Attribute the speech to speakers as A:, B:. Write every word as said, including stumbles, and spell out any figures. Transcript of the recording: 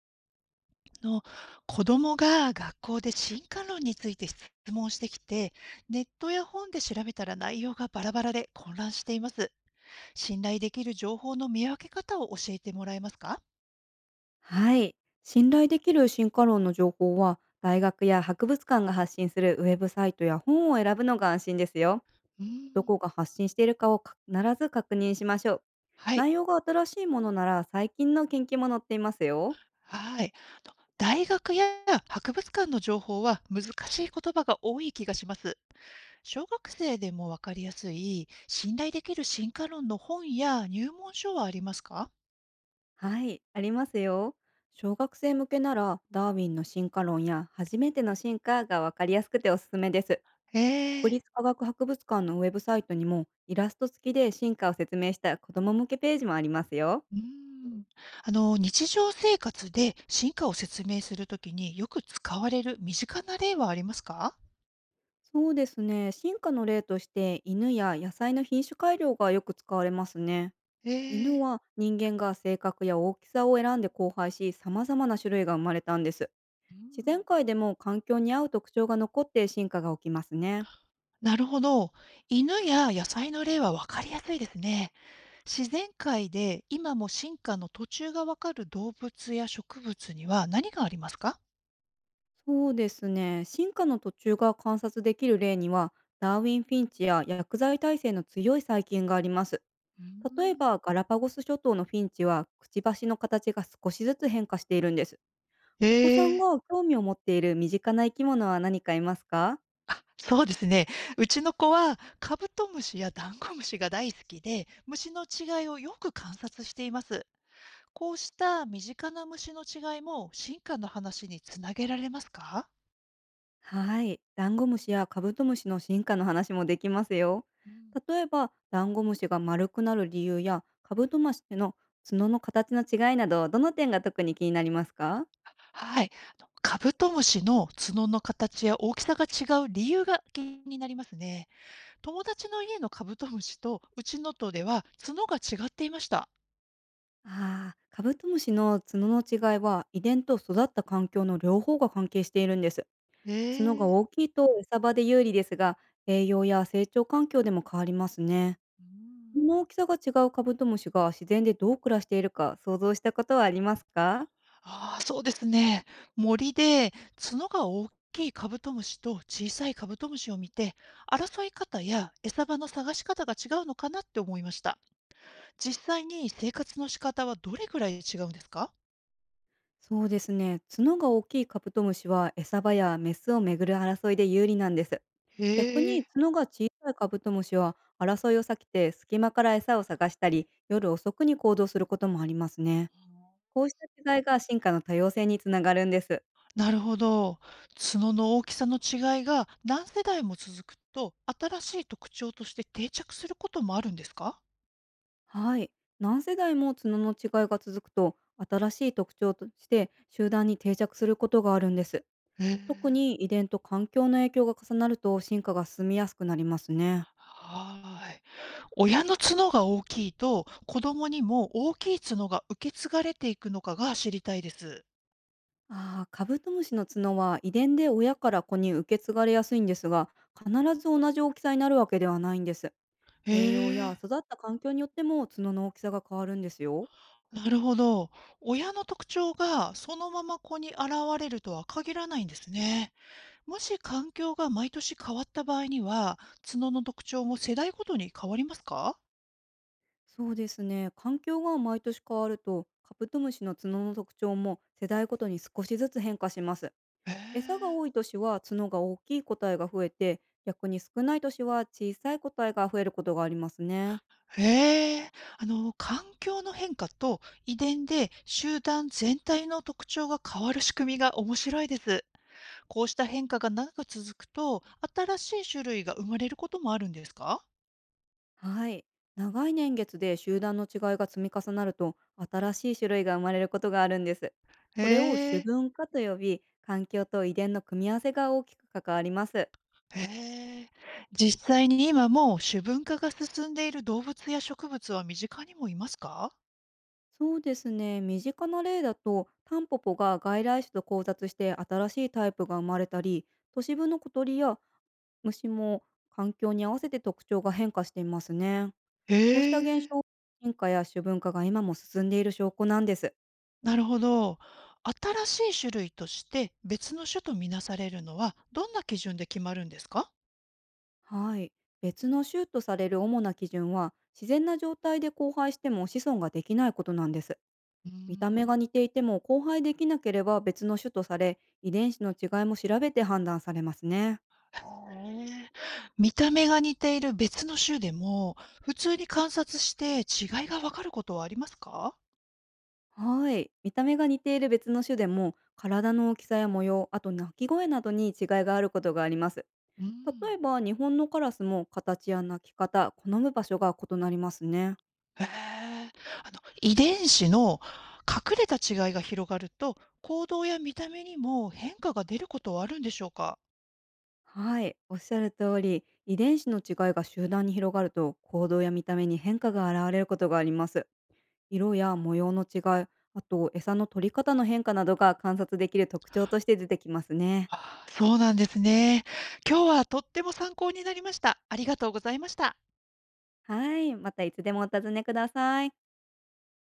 A: の、子供が学校で進化論について質問してきて、ネットや本で調べたら内容がバラバラで混乱しています。信頼できる情報の見分け方を教えてもらえますか？
B: はい。信頼できる進化論の情報は、大学や博物館が発信するウェブサイトや本を選ぶのが安心ですよ。
A: うー
B: ど
A: ん。
B: こが発信しているかをか必ず確認しましょう。
A: はい。
B: 内容が新しいものなら最近の研究も載っていますよ。
A: はい。と大学や博物館の情報は難しい言葉が多い気がします。小学生でもわかりやすい、信頼できる進化論の本や入門書はありますか？
B: はい、ありますよ。小学生向けならダーウィンの進化論や初めての進化がわかりやすくておすすめです。
A: ええ。
B: 国立科学博物館のウェブサイトにもイラスト付きで進化を説明した子ども向けページもありますよ。
A: うーん。あの、日常生活で進化を説明するときによく使われる身近な例はありますか？
B: そうですね。進化の例として犬や野菜の品種改良がよく使われますね。
A: え
B: 犬
A: え。
B: は人間が性格や大きさを選んで交配し、様々な種類が生まれたんです。
A: う
B: 自
A: ん。
B: 然界でも環境に合う特徴が残って進化が起きますね。
A: なるほど。犬や野菜の例は分かりやすいですね。自然界で今も進化の途中がわかる動物や植物には何がありますか？
B: そうですね。進化の途中が観察できる例には、ダーウィン・フィンチや薬剤耐性の強い細菌があります。
A: うー
B: 例え
A: ん。
B: ばガラパゴス諸島のフィンチはくちばしの形が少しずつ変化しているんです。お子さん
A: ええ。
B: が興味を持っている身近な生き物は何かいますか？
A: あ、そうですね。うちの子はカブトムシやダンゴムシが大好きで、虫の違いをよく観察しています。こうした身近な虫の違いも進化の話につなげられますか？
B: はい。ダンゴムシやカブトムシの進化の話もできますよ。
A: うん。
B: 例えば、ダンゴムシが丸くなる理由やカブトムシの角の形の違いなど、どの点が特に気になりますか？
A: はい。あのカブトムシの角の形や大きさが違う理由が気になりますね。友達の家のカブトムシとうちのとでは角が違っていました。
B: ああー、カブトムシの角の違いは遺伝と育った環境の両方が関係しているんです。角が
A: え
B: 大
A: え。
B: きいと餌場で有利ですが、栄養や成長環境でも変わりますね。
A: う
B: こ
A: ん。
B: の大きさが違うカブトムシが自然でどう暮らしているか想像したことはありますか？
A: ああ、そうですね。森で角が大きいカブトムシと小さいカブトムシを見て、争い方や餌場の探し方が違うのかなって思いました。実際に生活の仕方はどれぐらい違うんですか？
B: そうですね。角が大きいカブトムシは餌場やメスをめぐる争いで有利なんです。
A: へ
B: 逆に
A: え。
B: 角が小さいカブトムシは争いを避けて隙間から餌を探したり夜遅くに行動することもありますね。こうした違いが進化の多様性につながるんです。
A: なるほど。角の大きさの違いが何世代も続くと、新しい特徴として定着することもあるんですか？
B: はい。何世代も角の違いが続くと、新しい特徴として集団に定着することがあるんです。
A: うーん。
B: 特に遺伝と環境の影響が重なると進化が進みやすくなりますね。
A: はーい。親の角が大きいと、子供にも大きい角が受け継がれていくのかが知りたいです。
B: ああ、カブトムシの角は遺伝で親から子に受け継がれやすいんですが、必ず同じ大きさになるわけではないんです。
A: へ
B: 栄養や
A: え。
B: 育った環境によっても角の大きさが変わるんですよ。
A: なるほど。親の特徴がそのまま子に現れるとは限らないんですね。もし環境が毎年変わった場合には、角の特徴も世代ごとに変わりますか？
B: そうですね。環境が毎年変わると、カブトムシの角の特徴も世代ごとに少しずつ変化します。
A: へ
B: 餌が
A: え。
B: 多い年は角が大きい個体が増えて、逆に少ない年は小さい個体が増えることがありますね。
A: へえ。あの、環境の変化と遺伝で集団全体の特徴が変わる仕組みが面白いです。こうした変化が長く続くと、新しい種類が生まれることもあるんですか？
B: はい。長い年月で集団の違いが積み重なると、新しい種類が生まれることがあるんです。
A: へ
B: これを種
A: え。
B: 分化と呼び、環境と遺伝の組み合わせが大きく関わります。
A: へえ。実際に今もう種分化が進んでいる動物や植物は身近にもいますか？
B: そうですね。身近な例だと、タンポポが外来種と交雑して新しいタイプが生まれたり、都市部の小鳥や虫も環境に合わせて特徴が変化していますね。こうした
A: へ
B: 現
A: え。
B: 象、進化や種分化が今も進んでいる証拠なんです。
A: なるほど。新しい種類として別の種とみなされるのはどんな基準で決まるんですか？
B: はい。別の種とされる主な基準は、自然な状態で交配しても子孫ができないことなんです。
A: うー
B: 見た目が
A: ん。
B: 似ていても交配できなければ別の種とされ、遺伝子の違いも調べて判断されますね。
A: へえ。見た目が似ている別の種でも普通に観察して違いがわかることはありますか？
B: はい。見た目が似ている別の種でも、体の大きさや模様、あと鳴き声などに違いがあることがあります。
A: うん。
B: 例えば、日本のカラスも形や鳴き方、好む場所が異なりますね。
A: へえ。あの遺伝子の隠れた違いが広がると行動や見た目にも変化が出ることはあるんでしょうか？
B: はい、おっしゃる通り、遺伝子の違いが集団に広がると、行動や見た目に変化が現れることがあります。色や模様の違い、あと餌の取り方の変化などが観察できる特徴として出てきますね。
A: あ、そうなんですね。今日はとっても参考になりました。ありがとうございました。
B: はい、またいつでもお尋ねください。